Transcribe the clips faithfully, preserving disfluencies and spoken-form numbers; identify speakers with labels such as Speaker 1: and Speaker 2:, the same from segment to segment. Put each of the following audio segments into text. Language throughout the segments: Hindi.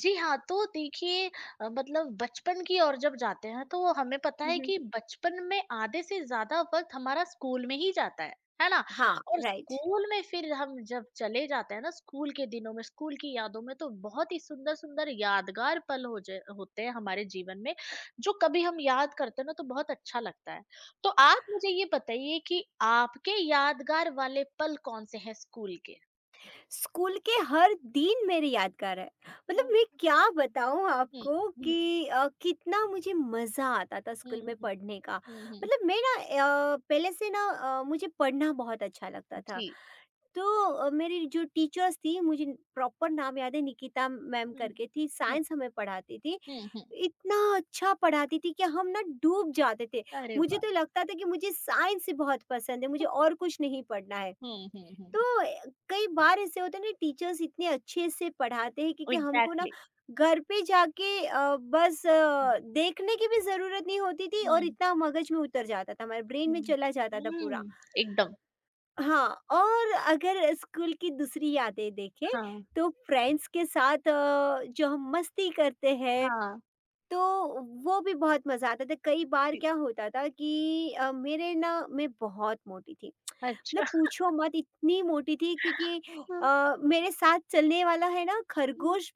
Speaker 1: जी हाँ, तो देखिए अ, मतलब बचपन की ओर जब जाते हैं तो हमें पता है
Speaker 2: मम्म,
Speaker 1: कि बचपन में आधे से ज़्यादा वक़्त हमारा स्कूल में ही जाता है, है ना?
Speaker 2: हाँ
Speaker 1: और
Speaker 2: राइट।
Speaker 1: स्कूल में फिर हम जब चले जाते हैं ना स्कूल के दिनों में, स्कूल की यादों में तो बहुत ही सुंदर-सुंदर यादगार पल हो ज होते हैं हमारे जीवन में, जो कभी हम याद करते हैं ना तो बहुत अच्छा लगता है। तो आप मुझे ये बताइए कि आपके यादगार वाले पल कौन से हैं स्कूल के?
Speaker 2: स्कूल के हर दिन मेरे यादगार है। मतलब मैं
Speaker 1: ओके।
Speaker 2: क्या बताऊँ
Speaker 1: हुँ,
Speaker 2: आपको
Speaker 1: हुँ,
Speaker 2: कि अ, कितना मुझे मज़ा आता था
Speaker 1: हुँ,
Speaker 2: स्कूल में
Speaker 1: हुँ,
Speaker 2: पढ़ने का।
Speaker 1: हुँ, हुँ।
Speaker 2: मतलब मैं ना अ, पहले से ना अ, मुझे पढ़ना बहुत अच्छा लगता था।
Speaker 1: जी।
Speaker 2: तो अ, मेरी जो टीचर्स थी, मुझे प्रॉपर नाम याद है, निकिता मैम
Speaker 1: हुँ,
Speaker 2: करके थी,
Speaker 1: हुँ,
Speaker 2: साइंस हमें पढ़ाती थी।
Speaker 1: हुँ, हुँ।
Speaker 2: इतना अच्छा पढ़ाती थी कि हम ना डूब जाते थे।
Speaker 1: अरे
Speaker 2: मुझे
Speaker 1: वाह!
Speaker 2: तो लगता था कि मुझे साइंस ही बहुत पसंद है, मुझे और कुछ नहीं पढ़ना है।
Speaker 1: हुँ, हुँ, हुँ।
Speaker 2: तो अ, कई बार ऐसे होते हैं ना, टीचर्स इतने अच्छे से पढ़ाते हैं, क्योंकि हमको ना
Speaker 1: एग्ज़ैक्टली।
Speaker 2: घर पे जाके अ, बस
Speaker 1: हुँ,
Speaker 2: अ, देखने की भी ज़रूरत नहीं होती थी, और
Speaker 1: हुँ,
Speaker 2: इतना मगज में उतर जाता था, हमारे ब्रेन में
Speaker 1: हुँ,
Speaker 2: चला जाता था पूरा।
Speaker 1: हुँ, एकदम।
Speaker 2: हाँ, और अगर स्कूल की दूसरी यादें देखें
Speaker 1: हाँ,
Speaker 2: तो फ्रेंड्स के साथ अ, जो हम मस्ती करते हैं,
Speaker 1: हाँ,
Speaker 2: तो वो भी बहुत मज़ा आता था। कई बार
Speaker 1: जी।
Speaker 2: क्या होता था कि अ, मेरे ना, मैं बहुत मोटी थी। मतलब
Speaker 1: अच्छा।
Speaker 2: पूछो मत, इतनी मोटी थी कि कि
Speaker 1: हुँ,
Speaker 2: अ, मेरे साथ चलने वाला है ना
Speaker 1: हुँ,
Speaker 2: खरगोश,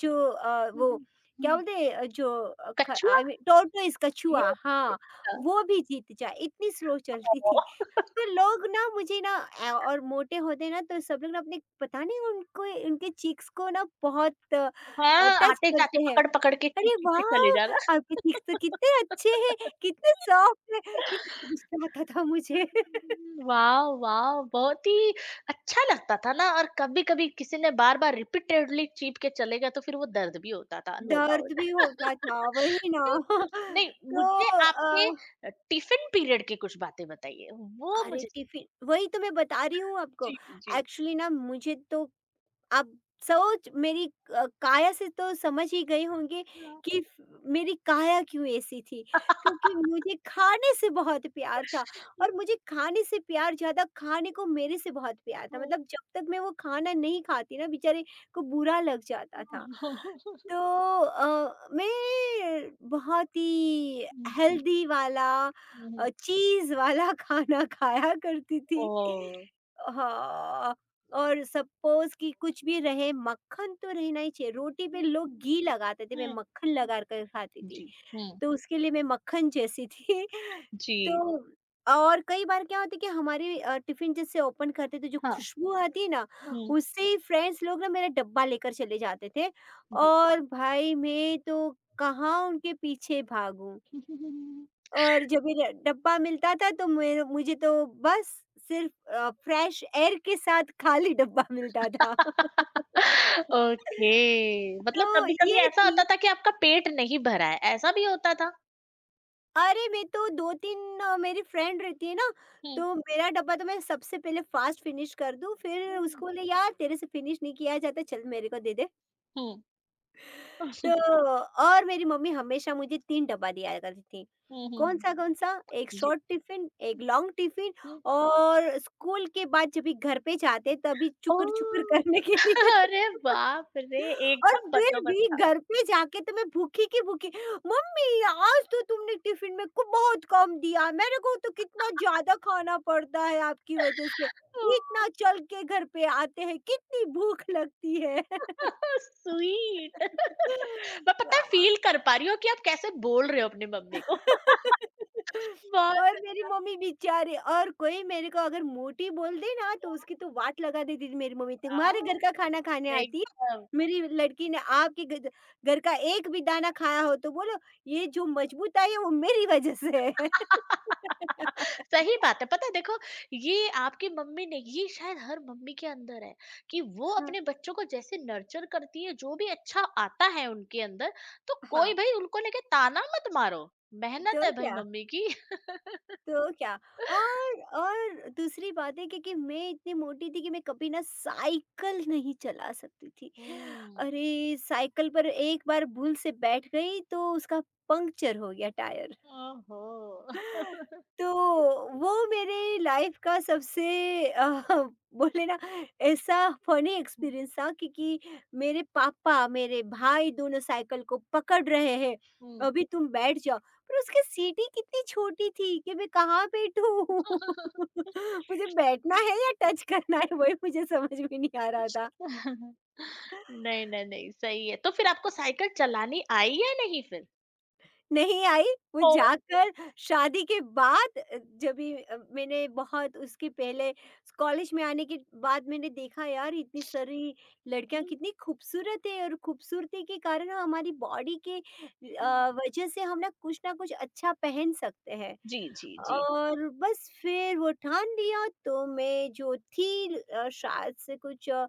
Speaker 2: जो अ,
Speaker 1: हुँ,
Speaker 2: वो
Speaker 1: हुँ,
Speaker 2: क्या
Speaker 1: हुँ।
Speaker 2: बोलते हैं, अ, जो अ, ख
Speaker 1: कछुआ?
Speaker 2: आई मीन टॉर्टोइज़,
Speaker 1: ये
Speaker 2: कछुआ,
Speaker 1: ये
Speaker 2: हाँ,
Speaker 1: अच्छा।
Speaker 2: वो भी जीत जाए इतनी स्लो चलती थी।
Speaker 1: ओह!
Speaker 2: तो लोग ना, मुझे ना अ, और मोटे होते ना तो सब लोग ना अपने पता नहीं उनको, उनके चीक्स को ना बहुत अ,
Speaker 1: हाँ,
Speaker 2: टच
Speaker 1: आते-जाते
Speaker 2: करते हैं।
Speaker 1: पकड़-पकड़ के
Speaker 2: "अरे
Speaker 1: चीप-चीप के चले
Speaker 2: वाह!
Speaker 1: जाना।
Speaker 2: आपके चीक्स तो कितने अच्छे हैं, कितने सॉफ्ट हैं," इतना गुस्सा आता था मुझे।
Speaker 1: वाह! वाह! बहुत ही अच्छा लगता था ना, और कभी-कभी किसी ने बार-बार रिपीटेडली चीप के चले गए तो फिर वो दर्द भी होता था, नो डाउट।
Speaker 2: दर्द भी होता था, वही ना।
Speaker 1: तो नहीं,
Speaker 2: तो
Speaker 1: मुझे आपके
Speaker 2: अ,
Speaker 1: अ, टिफ़िन पीरियड की कुछ बातें बताइए, वो
Speaker 2: अरे
Speaker 1: मुझे।
Speaker 2: टिफ़िन वही तो मैं बता रही हूँ आपको।
Speaker 1: जी, जी।
Speaker 2: एक्चुअली ना मुझे तो, आप सोच, मेरी अ, काया से तो समझ ही गए होंगे कि फ- मेरी काया क्यों ऐसी थी, क्योंकि
Speaker 1: हाँ।
Speaker 2: मुझे खाने से बहुत प्यार था, और मुझे खाने से प्यार, ज़्यादा खाने को मेरे से बहुत प्यार था।
Speaker 1: हुँ,
Speaker 2: मतलब जब तक मैं वो खाना नहीं खाती ना, बेचारे को बुरा लग जाता था।
Speaker 1: हुँ,
Speaker 2: तो अ, मैं बहुत ही हेल्दी वाला,
Speaker 1: हुँ।
Speaker 2: चीज वाला खाना खाया करती थी।
Speaker 1: ओह!
Speaker 2: हाँ, और सपोज़ कि कुछ भी रहे, मक्खन तो रहना ही चाहिए। रोटी पे
Speaker 1: हुँ,
Speaker 2: लोग घी लगाते थे, मैं
Speaker 1: हुँ,
Speaker 2: मक्खन
Speaker 1: हुँ,
Speaker 2: लगा कर खाती थी,
Speaker 1: जी, हुँ,
Speaker 2: तो उसके लिए मैं मक्खन जैसी थी।
Speaker 1: जी,
Speaker 2: तो और कई बार क्या होता है कि हमारे अ, टिफ़िन जैसे ओपन करते तो जो
Speaker 1: हाँ,
Speaker 2: खुशबू आती है ना,
Speaker 1: हुँ,
Speaker 2: उससे ही फ्रेंड्स लोग ना मेरा डब्बा लेकर चले जाते थे,
Speaker 1: जी।
Speaker 2: और भाई मैं तो कहाँ उनके पीछे भागूँ। और जब ये ड डब्बा मिलता था तो मेरे मुझे तो बस सिर्फ़ अ, फ्रेश एयर के साथ खाली डब्बा मिलता था।
Speaker 1: ओके। मतलब
Speaker 2: तो
Speaker 1: कभी-कभी
Speaker 2: ये
Speaker 1: ऐसा
Speaker 2: थी,
Speaker 1: होता था कि आपका पेट नहीं भरा है, ऐसा भी होता था?
Speaker 2: अरे मैं तो दो तीन, अ, मेरी फ्रेंड रहती है ना,
Speaker 1: हुँ,
Speaker 2: तो मेरा डब्बा तो मैं सबसे पहले फ़ास्ट फ़िनिश कर दूँ, फिर
Speaker 1: हुँ,
Speaker 2: उसको बोले, "यार तेरे से फ़िनिश नहीं किया जाता, चल मेरे को दे दे।"
Speaker 1: हुँ।
Speaker 2: तो और मेरी मम्मी हमेशा मुझे तीन डब्बा दिया करती थी।
Speaker 1: हुँ, हुँ,
Speaker 2: कौन-सा,
Speaker 1: हुँ।
Speaker 2: कौन-सा? एक
Speaker 1: जी।
Speaker 2: शॉर्ट टिफ़िन, एक लॉन्ग टिफ़िन,
Speaker 1: हुँ।
Speaker 2: और स्कूल के बाद जब भी घर पे जाते तभी चुकर-चुकर
Speaker 1: ओह!
Speaker 2: करने के लिए।
Speaker 1: अरे बाप रे!
Speaker 2: और
Speaker 1: एकदम
Speaker 2: फिर
Speaker 1: बंदोबस्त
Speaker 2: भी
Speaker 1: था।
Speaker 2: घर पे जाके तो मैं भूखी की भूखी, "मम्मी आज तो तुमने टिफ़िन में को बहुत कम दिया, मेरे को तो कितना ज़्यादा खाना पड़ता है आपकी वजह से।
Speaker 1: ओह!
Speaker 2: इतना चल के घर पे आते हैं, कितनी भूख लगती है।"
Speaker 1: स्वीट। मैं पता है फ़ील कर पा रही हूँ कि आप कैसे बोल रहे हो अपनी मम्मी को।
Speaker 2: और
Speaker 1: बहुत
Speaker 2: मेरी मम्मी बेचारी, और कोई मेरे को अगर मोटी बोल दे ना तो
Speaker 1: बढ़िया।
Speaker 2: उसकी तो वाट लगा देती थी मेरी मम्मी, "तुम्हारे घर
Speaker 1: हाँ,
Speaker 2: का खाना खाने आती है
Speaker 1: एकदम।
Speaker 2: मेरी लड़की, ने आपके घर घर का एक भी दाना खाया हो तो बोलो, ये जो मजबूत आई है वो मेरी वजह से है।"
Speaker 1: सही बात है, पता है देखो, ये आपकी मम्मी ने ये शायद हर मम्मी के अंदर है कि वो
Speaker 2: हाँ,
Speaker 1: अपने बच्चों को जैसे नर्चर करती है, जो भी अच्छा आता है उनके अंदर, तो
Speaker 2: हाँ।
Speaker 1: कोई भाई उनको लेके ताना मत मारो। मेहनत
Speaker 2: तो
Speaker 1: है भाई
Speaker 2: क्या
Speaker 1: मम्मी की।
Speaker 2: तो क्या और और दूसरी बात है, क्योंकि मैं इतनी मोटी थी कि मैं कभी ना साइकिल नहीं चला सकती थी।
Speaker 1: हम्म।
Speaker 2: अरे! साइकिल पर एक बार भूल से बैठ गई तो उसका पंक्चर हो गया टायर।
Speaker 1: ओहो।
Speaker 2: तो वो मेरे लाइफ का सबसे अ, बोले ना, ऐसा फनी
Speaker 1: हम्म।
Speaker 2: एक्सपीरियंस था, क्योंकि मेरे पापा, मेरे भाई दोनों साइकिल को पकड़ रहे हैं,
Speaker 1: हम्म।
Speaker 2: "अभी तुम बैठ जाओ।" पर उसकी सीट ही कितनी छोटी थी कि मैं कहाँ बैठूँ? मुझे बैठना है या टच करना है? वही मुझे समझ में नहीं आ रहा था।
Speaker 1: नहीं नहीं नहीं, सही है। तो फिर आपको साइकिल चलानी आई या नहीं फिर?
Speaker 2: नहीं आई, वो
Speaker 1: ओ।
Speaker 2: जाकर शादी के बाद, अ, जभी अ, मैंने, बहुत उसके पहले कॉलेज में आने के बाद मैंने देखा, यार इतनी सारी लड़कियाँ
Speaker 1: हम्म,
Speaker 2: कितनी खूबसूरत है, और खूबसूरती के कारण हम, हमारी बॉडी के
Speaker 1: हम्म।
Speaker 2: अ, वजह से हम ना कुछ ना कुछ अच्छा पहन सकते हैं।
Speaker 1: जी जी जी।
Speaker 2: और बस फिर वो ठान लिया, तो मैं जो थी अ, शायद से कुछ अ,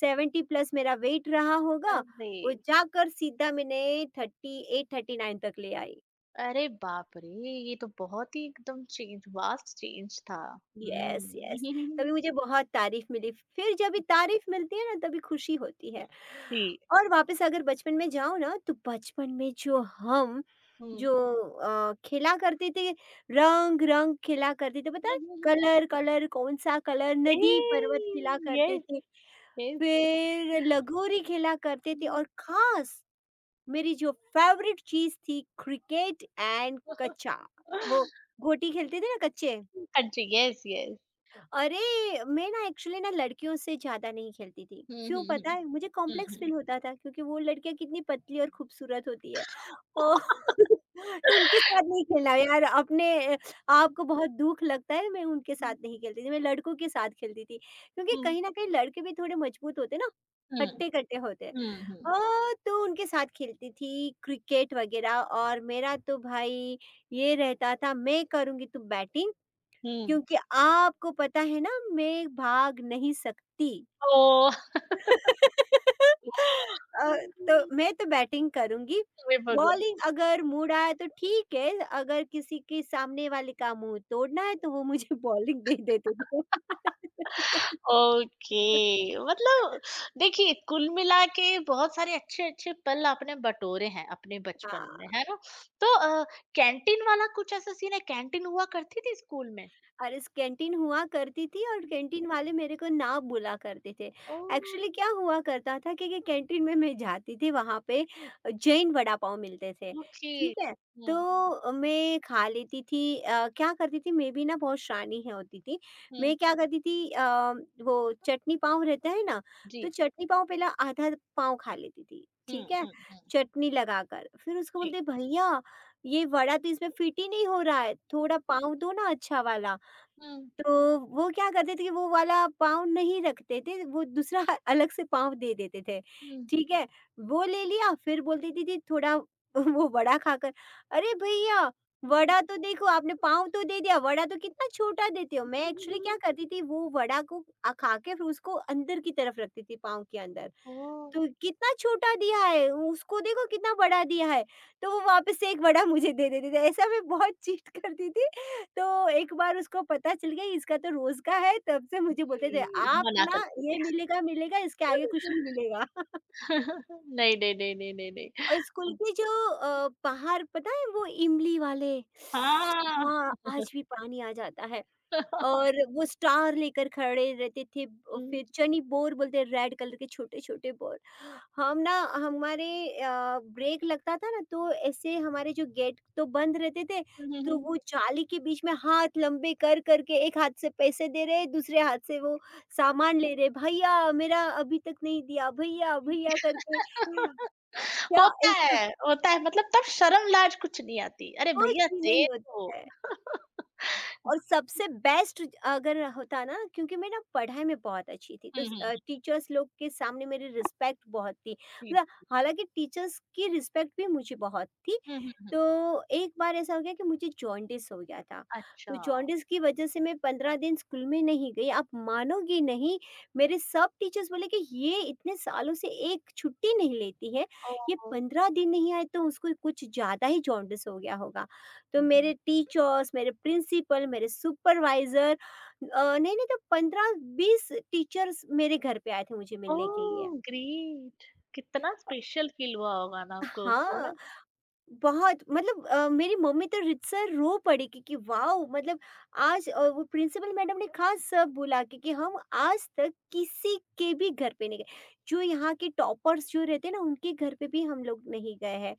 Speaker 2: सत्तर प्लस मेरा वेट रहा होगा,
Speaker 1: अरे।
Speaker 2: वो जाकर सीधा मैंने थर्टी एट, थर्टी नाइन तक ले आई।
Speaker 1: अरे बाप रे! ये तो बहुत ही एकदम चेंज वास्ट चेंज था।
Speaker 2: यस,
Speaker 1: हुँ।
Speaker 2: यस, तभी मुझे बहुत तारीफ मिली, फिर जब ये तारीफ मिलती है ना तभी खुशी होती है।
Speaker 1: जी।
Speaker 2: और वापस अगर बचपन में जाओ ना, तो बचपन में जो हम
Speaker 1: हुँ।
Speaker 2: जो अ, खेला करते थे, रंग रंग खेला करते थे, पता है, कलर कलर, कौन सा कलर,
Speaker 1: ए।
Speaker 2: नदी पर्वत खेला करते
Speaker 1: यस,
Speaker 2: थे।
Speaker 1: यस।
Speaker 2: फिर लगोरी खेला करते थे, और खास मेरी जो फेवरेट चीज थी, क्रिकेट एंड कच्चा, वो गोटी खेलते थे ना, कच्चे।
Speaker 1: कंट्री। Yes, yes.
Speaker 2: अरे! मैं ना एक्चुअली ना लड़कियों से ज़्यादा नहीं खेलती थी।
Speaker 1: हुँ,
Speaker 2: क्यों
Speaker 1: हुँ,
Speaker 2: पता
Speaker 1: हुँ।
Speaker 2: है? मुझे कॉम्प्लेक्स
Speaker 1: हुँ,
Speaker 2: फ़ील होता था, क्योंकि वो लड़कियाँ कितनी पतली और खूबसूरत होती है। ओ तो उनके साथ नहीं खेलना, यार अपने आप को बहुत दुःख लगता है, मैं उनके साथ नहीं खेलती थी, मैं लड़कों के साथ खेलती थी। क्योंकि
Speaker 1: हुँ। हुँ,
Speaker 2: कहीं न कहीं लड़के भी थोड़े मजबूत होते हैं ना,
Speaker 1: हुँ, हुँ,
Speaker 2: हट्टे-कट्टे होते हैं।
Speaker 1: हुँ, हुँ,
Speaker 2: अ, तो उनके साथ खेलती थी क्रिकेट वगैरह, और मेरा तो भाई, ये रहता था मैं करूँगी तो बैटिंग,
Speaker 1: हुँ।
Speaker 2: क्योंकि आपको पता है ना मैं भाग नहीं सकती।
Speaker 1: ओह!
Speaker 2: अ, तो मैं तो बैटिंग करूँगी,
Speaker 1: हे भगवान!
Speaker 2: बॉलिंग अगर मूड आया तो ठीक है, अगर किसी के सामने वाले का मुँह तोड़ना है तो वो मुझे बॉलिंग दे देते थे।
Speaker 1: ओके। मतलब देखिए कुल मिला के बहुत सारे अच्छे-अच्छे पल आपने बटोरे हैं अपने बचपन में,
Speaker 2: हाँ।
Speaker 1: है ना? तो अ, कैंटीन वाला कुछ ऐसा सीन है, कैंटीन हुआ करती थी स्कूल में?
Speaker 2: और इस कैंटीन हुआ करती थी, और कैंटीन वाले मेरे को ना बुला करते थे।
Speaker 1: ओह!
Speaker 2: एक्चुअली क्या हुआ करता था कि कि कैंटीन में मैं जाती थी, वहाँ पे जैन वड़ा पाव मिलते थे,
Speaker 1: ओके।
Speaker 2: ठीक है?
Speaker 1: हुँ,
Speaker 2: तो मैं खा लेती थी, अ, क्या करती थी, मैं भी ना बहुत शरानी है होती थी।
Speaker 1: हुँ,
Speaker 2: मैं क्या करती थी, अ, वो चटनी पाव रहता है ना, तो
Speaker 1: जी।
Speaker 2: चटनी पाव पहले आधा पाव खा लेती थी,
Speaker 1: हुँ,
Speaker 2: ठीक है?
Speaker 1: हुँ, हुँ,
Speaker 2: चटनी लगाकर। फिर उसको
Speaker 1: जी।
Speaker 2: बोलते, "भैया ये वड़ा तो इसमें फिट ही नहीं हो रहा है, थोड़ा पाव दो ना अच्छा वाला।"
Speaker 1: हुँ,
Speaker 2: तो वो क्या करते थे कि वो वाला पाँव नहीं रखते थे, वो दूसरा अलग से पाँव दे देते थे,
Speaker 1: हुँ।
Speaker 2: ठीक है? वो ले लिया, फिर बोलती थी, "दीदी थोड़ा वो वड़ा खाकर।" "अरे भैया! वड़ा तो देखो, आपने पाँव तो दे दिया, वड़ा तो कितना छोटा देते हो।" मैं एक्चुअली क्या करती थी, वो वड़ा को अ, खा के फिर उसको अंदर की तरफ रखती थी पाँव के अंदर।
Speaker 1: ओके,
Speaker 2: तो कितना छोटा दिया है, उसको देखो कितना बड़ा दिया है। तो वो वापस से एक बड़ा मुझे दे देते थे, ऐसा मैं बहुत चीट करती थी। तो एक बार उसको पता चल गया इसका तो रोज़ का है, तब से मुझे बोलते थे, "आप
Speaker 1: मना
Speaker 2: ना
Speaker 1: करते
Speaker 2: ये
Speaker 1: थे।
Speaker 2: मिलेगा, मिलेगा इसके आगे कुछ नहीं मिलेगा।"
Speaker 1: नहीं, नहीं, नहीं, नहीं, नहीं, नहीं।
Speaker 2: और स्कूल के जो अ, बाहर पता है, वो इमली वाले,
Speaker 1: हाँ।
Speaker 2: हाँ, आज भी पानी आ जाता है, और वो स्टार लेकर खड़े रहते थे, अ,
Speaker 1: हुँ,
Speaker 2: फिर चनी बोर बोलते, रेड कलर के छोटे-छोटे बोर। हम ना, हमारे अ, ब्रेक लगता था ना, तो ऐसे हमारे जो गेट तो बंद रहते थे,
Speaker 1: हुँ, हुँ,
Speaker 2: तो
Speaker 1: हुँ।
Speaker 2: वो जाली के बीच में हाथ लंबे कर कर के, एक हाथ से पैसे दे रहे, दूसरे हाथ से वो सामान ले रहे, "भैया मेरा अभी तक नहीं दिया, भैया, भैया," करके, क्या
Speaker 1: होता
Speaker 2: ऐसा,
Speaker 1: है, होता है, मतलब तब शर्म-लाज कुछ नहीं आती। अरे
Speaker 2: कुछ
Speaker 1: भैया
Speaker 2: भी
Speaker 1: दे
Speaker 2: नहीं
Speaker 1: दो।
Speaker 2: होता है। और सबसे बेस्ट अगर होता ना, क्योंकि मैं ना पढ़ाई में बहुत अच्छी थी,
Speaker 1: हुँ, हुँ,
Speaker 2: तो
Speaker 1: हुँ।
Speaker 2: टीचर्स लोग के सामने मेरी रिस्पेक्ट बहुत थी,
Speaker 1: जी,
Speaker 2: मतलब
Speaker 1: जी।
Speaker 2: हालांकि टीचर्स की रिस्पेक्ट भी मुझे बहुत थी।
Speaker 1: हुँ, हुँ, हुँ।
Speaker 2: तो एक बार ऐसा हो गया कि मुझे जॉन्डिस हो गया था। तो
Speaker 1: अच्छा।
Speaker 2: जॉन्डिस की वजह से मैं पंद्रह दिन स्कूल में नहीं गई, आप मानोगी नहीं, मेरे सब टीचर्स बोले कि ये इतने सालों से एक छुट्टी नहीं लेती है, ये
Speaker 1: ओह!
Speaker 2: पंद्रह दिन नहीं आए तो उसको कुछ ज़्यादा ही जॉन्डिस हो गया होगा। तो
Speaker 1: हुँ,
Speaker 2: मेरे
Speaker 1: हुँ।
Speaker 2: टीचर्स, मेरे प्रिंसिपल, मेरे सुपरवाइज़र, अ, नहीं-नहीं तो पंद्रह बीस टीचर्स मेरे घर पे आए थे मुझे मिलने के लिए।
Speaker 1: Oh great! कितना स्पेशल फ़ील हुआ होगा ना आपको उस
Speaker 2: हाँ,
Speaker 1: वक़्त?
Speaker 2: बहुत, मतलब अ, मेरी मम्मी तो रीतसर रो पड़ी, क्योंकि वॉव! मतलब आज अ, वो प्रिंसिपल मैडम ने खास सब बोला क्योंकि हम आज तक किसी के भी घर पे नहीं गए। जो यहाँ के टॉपर्स जो रहते हैं ना, उनके घर पे भी हम लोग नहीं गए हैं।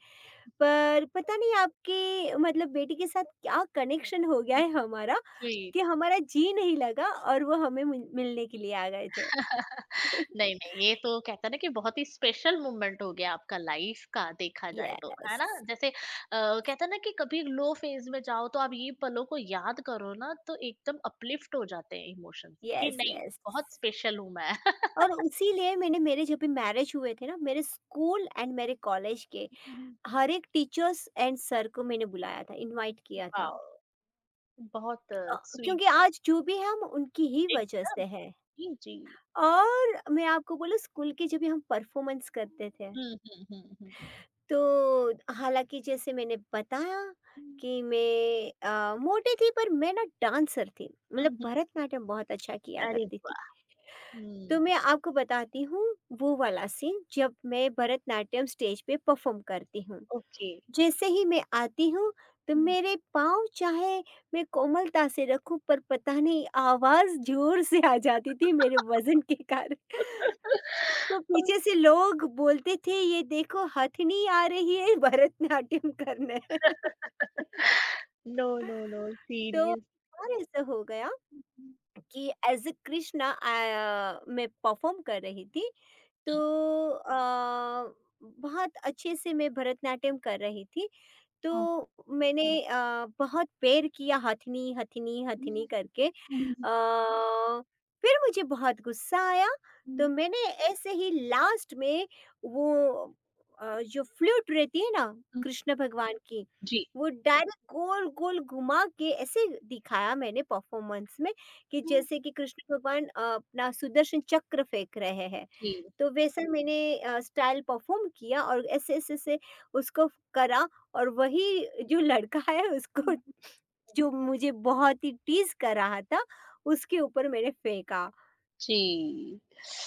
Speaker 2: पर पता नहीं आपके मतलब बेटी के साथ क्या कनेक्शन हो गया है हमारा
Speaker 1: जी।
Speaker 2: कि हमारा जी नहीं लगा और वो हमें मिल मिलने के लिए आ गए थे।
Speaker 1: नहीं, नहीं, ये तो कहते हैं ना कि बहुत ही स्पेशल मोमेंट हो गया आपका लाइफ का, देखा जाए तो, है ना?
Speaker 2: यस,
Speaker 1: जैसे अ, कहते हैं ना कि कभी लो फेज़ में जाओ तो आप ये पलों को याद करो ना, तो एकदम अपलिफ्ट हो जाते हैं इमोशंस, कि
Speaker 2: यस,
Speaker 1: नहीं,
Speaker 2: यस।
Speaker 1: बहुत स्पेशल हूँ मैं।
Speaker 2: और उसीलिए मैंने मेरे जब भी मैरिज हुए थे ना, मेरे स्कूल एंड मेरे कॉलेज के
Speaker 1: हम्म।
Speaker 2: हर एक टीचर्स एंड सर को मैंने बुलाया था, इनवाइट किया था।
Speaker 1: वाओ! बहुत
Speaker 2: अ,
Speaker 1: स्वीट
Speaker 2: क्योंकि
Speaker 1: है,
Speaker 2: आज जो भी है हम उनकी ही वजह
Speaker 1: एकदम।
Speaker 2: से हैं
Speaker 1: जी, जी।
Speaker 2: और मैं आपको बोलूँ स्कूल के जब भी हम परफॉर्मेंस करते थे
Speaker 1: हुँ, हुँ, हुँ, हुँ।
Speaker 2: तो हालाँकि जैसे मैंने बताया
Speaker 1: हुँ।
Speaker 2: कि मैं अ, मोटी थी पर मैं ना डांसर थी,
Speaker 1: हुँ,
Speaker 2: मतलब
Speaker 1: हुँ।
Speaker 2: भरतनाट्यम बहुत अच्छा किया
Speaker 1: अरे
Speaker 2: करती थी।
Speaker 1: वाह!
Speaker 2: तो
Speaker 1: हुँ,
Speaker 2: मैं आपको बताती हूँ वो वाला सीन जब मैं भरतनाट्यम स्टेज पे परफ़ॉर्म करती हूँ।
Speaker 1: ओके।
Speaker 2: जैसे ही मैं आती हूँ तो
Speaker 1: हुँ।
Speaker 2: मेरे पाँव चाहे मैं कोमलता से रखूँ पर पता नहीं आवाज़ ज़ोर से आ जाती थी मेरे वज़न के कारण। तो पीछे से लोग बोलते थे ये देखो हथनी आ रही है भरतनाट्यम करने।
Speaker 1: नो, नो, नो
Speaker 2: तो एक
Speaker 1: सीरियस।
Speaker 2: बार ऐसा हो गया
Speaker 1: हुँ, हुँ।
Speaker 2: कि एज़ अ कृष्णा, अ, मैं परफ़ॉर्म कर रही थी। तो अ, बहुत अच्छे से मैं भरतनाट्यम कर रही थी। तो मैंने अ, बहुत पैर किया हथनी, हथनी, हथनी
Speaker 1: हुँ,
Speaker 2: करके। अ,
Speaker 1: हुँ।
Speaker 2: फिर मुझे बहुत गुस्सा आया, तो
Speaker 1: हुँ,
Speaker 2: मैंने ऐसे ही लास्ट में वो अ, जो फ्लूट रहती है ना
Speaker 1: हुँ।
Speaker 2: कृष्ण भगवान की,
Speaker 1: जी।
Speaker 2: वो डायरेक्ट गोल-गोल घुमा के ऐसे दिखाया मैंने परफ़ॉर्मेंस में। कि
Speaker 1: हुँ।
Speaker 2: जैसे कि कृष्ण भगवान अ, अपना सुदर्शन चक्र फेंक रहे हैं
Speaker 1: जी।
Speaker 2: तो वैसा मैंने अ, स्टाइल परफॉर्म किया और ऐसे ऐसे से उसको करा और वही जो लड़का है उसको
Speaker 1: हुँ,
Speaker 2: जो मुझे बहुत ही टीज कर रहा था उसके ऊपर मैंने फेंका।
Speaker 1: जी।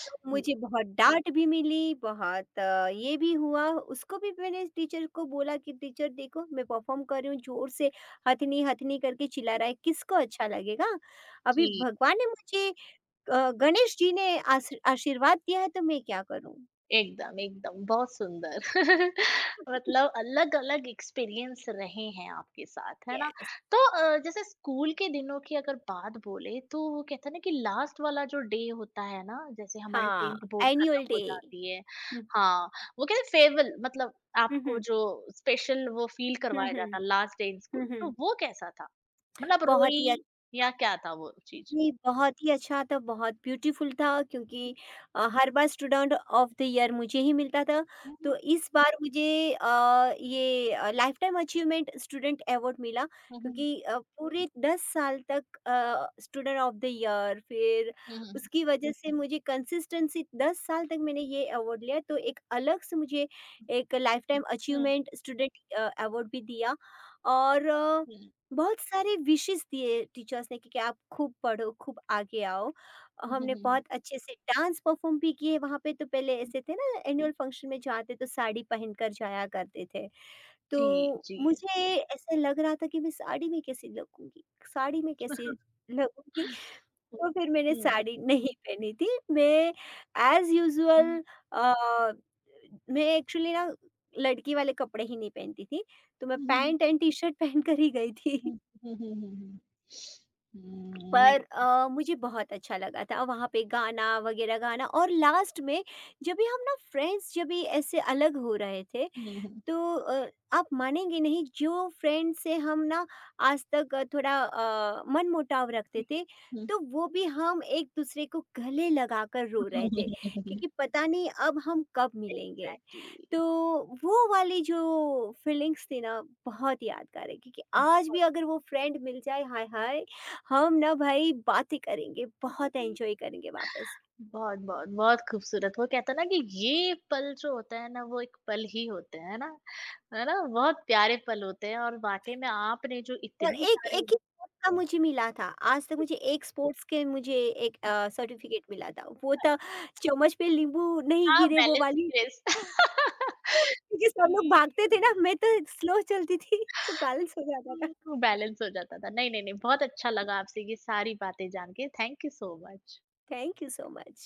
Speaker 2: तो
Speaker 1: हुँ,
Speaker 2: मुझे बहुत डांट भी मिली, बहुत अ, ये भी हुआ। उसको भी मैंने टीचर को बोला कि टीचर देखो मैं परफॉर्म कर रही हूँ जोर से हथनी हथनी करके चिल्ला रहा है किसको अच्छा लगेगा। अभी
Speaker 1: जी।
Speaker 2: भगवान ने मुझे अ, गणेश जी ने आश आशीर्वाद दिया है तो मैं क्या करूँ?
Speaker 1: एकदम, एकदम, बहुत सुंदर। मतलब अलग-अलग एक्सपीरियंस रहे हैं आपके साथ, है ना?
Speaker 2: यस,
Speaker 1: तो अ, जैसे स्कूल के दिनों की अगर बात बोले तो वो कहते हैं ना कि लास्ट वाला जो डे होता है ना, जैसे हमारे
Speaker 2: हाँ,
Speaker 1: टेन्थ बोर्ड खत्म
Speaker 2: एनुअल
Speaker 1: हो
Speaker 2: डे।
Speaker 1: जाती है।
Speaker 2: हुँ,
Speaker 1: हाँ, वो कहते हैं फ़ेयरवेल, मतलब
Speaker 2: हुँ,
Speaker 1: आपको
Speaker 2: हुँ,
Speaker 1: जो स्पेशल वो फ़ील
Speaker 2: हुँ,
Speaker 1: करवाया
Speaker 2: हुँ,
Speaker 1: जाता है लास्ट डे इन स्कूल,
Speaker 2: हुँ,
Speaker 1: तो
Speaker 2: हुँ।
Speaker 1: वो कैसा था? मतलब
Speaker 2: बहुत
Speaker 1: रोई
Speaker 2: ही
Speaker 1: या क्या था वो चीज़?
Speaker 2: जी, बहुत ही अच्छा था, बहुत ब्यूटीफुल था क्योंकि अ, हर बार स्टूडेंट ऑफ द ईयर मुझे ही मिलता था।
Speaker 1: हुँ,
Speaker 2: तो
Speaker 1: हुँ।
Speaker 2: इस बार मुझे अ, ये अ, लाइफ़टाइम अचीवमेंट स्टूडेंट अवार्ड मिला
Speaker 1: हुँ, हुँ।
Speaker 2: क्योंकि अ, पूरे दस साल तक अ, स्टूडेंट ऑफ द ईयर फिर
Speaker 1: हुँ, हुँ, हुँ।
Speaker 2: उसकी वजह से मुझे कंसिस्टेंसी दस साल तक मैंने ये अवार्ड लिया। तो एक अलग से मुझे एक लाइफ़टाइम अचीवमेंट स्टूडेंट अ, अवार्ड भी दिया और
Speaker 1: हुँ,
Speaker 2: बहुत सारे विशेस दिए टीचर्स ने कि, कि आप खूब पढ़ो, खूब आगे आओ।
Speaker 1: हुँ, हुँ,
Speaker 2: हमने
Speaker 1: हुँ, हुँ,
Speaker 2: बहुत अच्छे से डांस परफॉर्म भी किए वहाँ पे तो पहले
Speaker 1: हुँ।
Speaker 2: ऐसे थे ना एनुअल फंक्शन में जाते तो साड़ी पहनकर जाया करते थे।
Speaker 1: जी,
Speaker 2: तो
Speaker 1: जी।
Speaker 2: मुझे ऐसे लग रहा था कि मैं साड़ी में कैसी लगूँगी? साड़ी में कैसी लगूँगी? तो फिर मैंने
Speaker 1: Mm.
Speaker 2: साड़ी नहीं पहनी थी। मैं एज़
Speaker 1: Mm.
Speaker 2: यूजुअल अ, मैं एक्चुअली ना लड़की वाले कपड़े ही नहीं पहनती थी। तो मैं
Speaker 1: Mhm.
Speaker 2: पैंट एंड टी-शर्ट पहनकर ही गई थी।
Speaker 1: Mm. Hmm, hmm, hmm, hmm. Hmm,
Speaker 2: पर
Speaker 1: right.
Speaker 2: अ, मुझे बहुत अच्छा लगा था वहाँ पे गाना वगैरह गाना, और लास्ट में जब भी हम ना फ्रेंड्स जब भी ऐसे अलग हो रहे थे
Speaker 1: Hmm, hmm.
Speaker 2: तो अ, आप मानेंगे नहीं जो फ्रेंड से हम ना आज तक अ, थोड़ा अ, मनमुटाव रखते थे
Speaker 1: Hmm.
Speaker 2: तो वो भी हम एक दूसरे को गले लगाकर रो रहे थे क्योंकि पता नहीं अब हम कब मिलेंगे।
Speaker 1: एग्जैक्टली।
Speaker 2: तो वो वाली जो फीलिंग्स थी ना
Speaker 1: हुँ,
Speaker 2: बहुत यादगार है क्योंकि
Speaker 1: हुँ।
Speaker 2: आज भी अगर वो फ्रेंड मिल जाए हाय हाय, हम ना भाई बातें करेंगे, बहुत एंजॉय करेंगे वापस।
Speaker 1: बहुत, बहुत, बहुत खूबसूरत। वो कहते हैं ना कि ये पल जो होते हैं ना वो एक पल ही होते हैं ना, है ना? बहुत प्यारे पल होते हैं और वाक़ई में आपने जो
Speaker 2: और
Speaker 1: इतनी
Speaker 2: एक
Speaker 1: सारी
Speaker 2: एक ही स्पोर्ट्स का मुझे मिला था। आज तक मुझे एक स्पोर्ट्स के मुझे एक अ, सर्टिफ़िकेट मिला था। वो था चम्मच पे नींबू नहीं
Speaker 1: हाँ,
Speaker 2: गिरे वो वाली।
Speaker 1: Balancing race.
Speaker 2: क्योंकि सब लोग
Speaker 1: जी।
Speaker 2: भागते थे ना, मैं तो स्लो चलती थी तो बैलेंस हो जाता था।
Speaker 1: हुँ, बैलेंस हो जाता था। नहीं, नहीं, नहीं, बहुत अच्छा लगा आपसे ये सारी बातें जान के। Thank you so much.
Speaker 2: Thank you so much.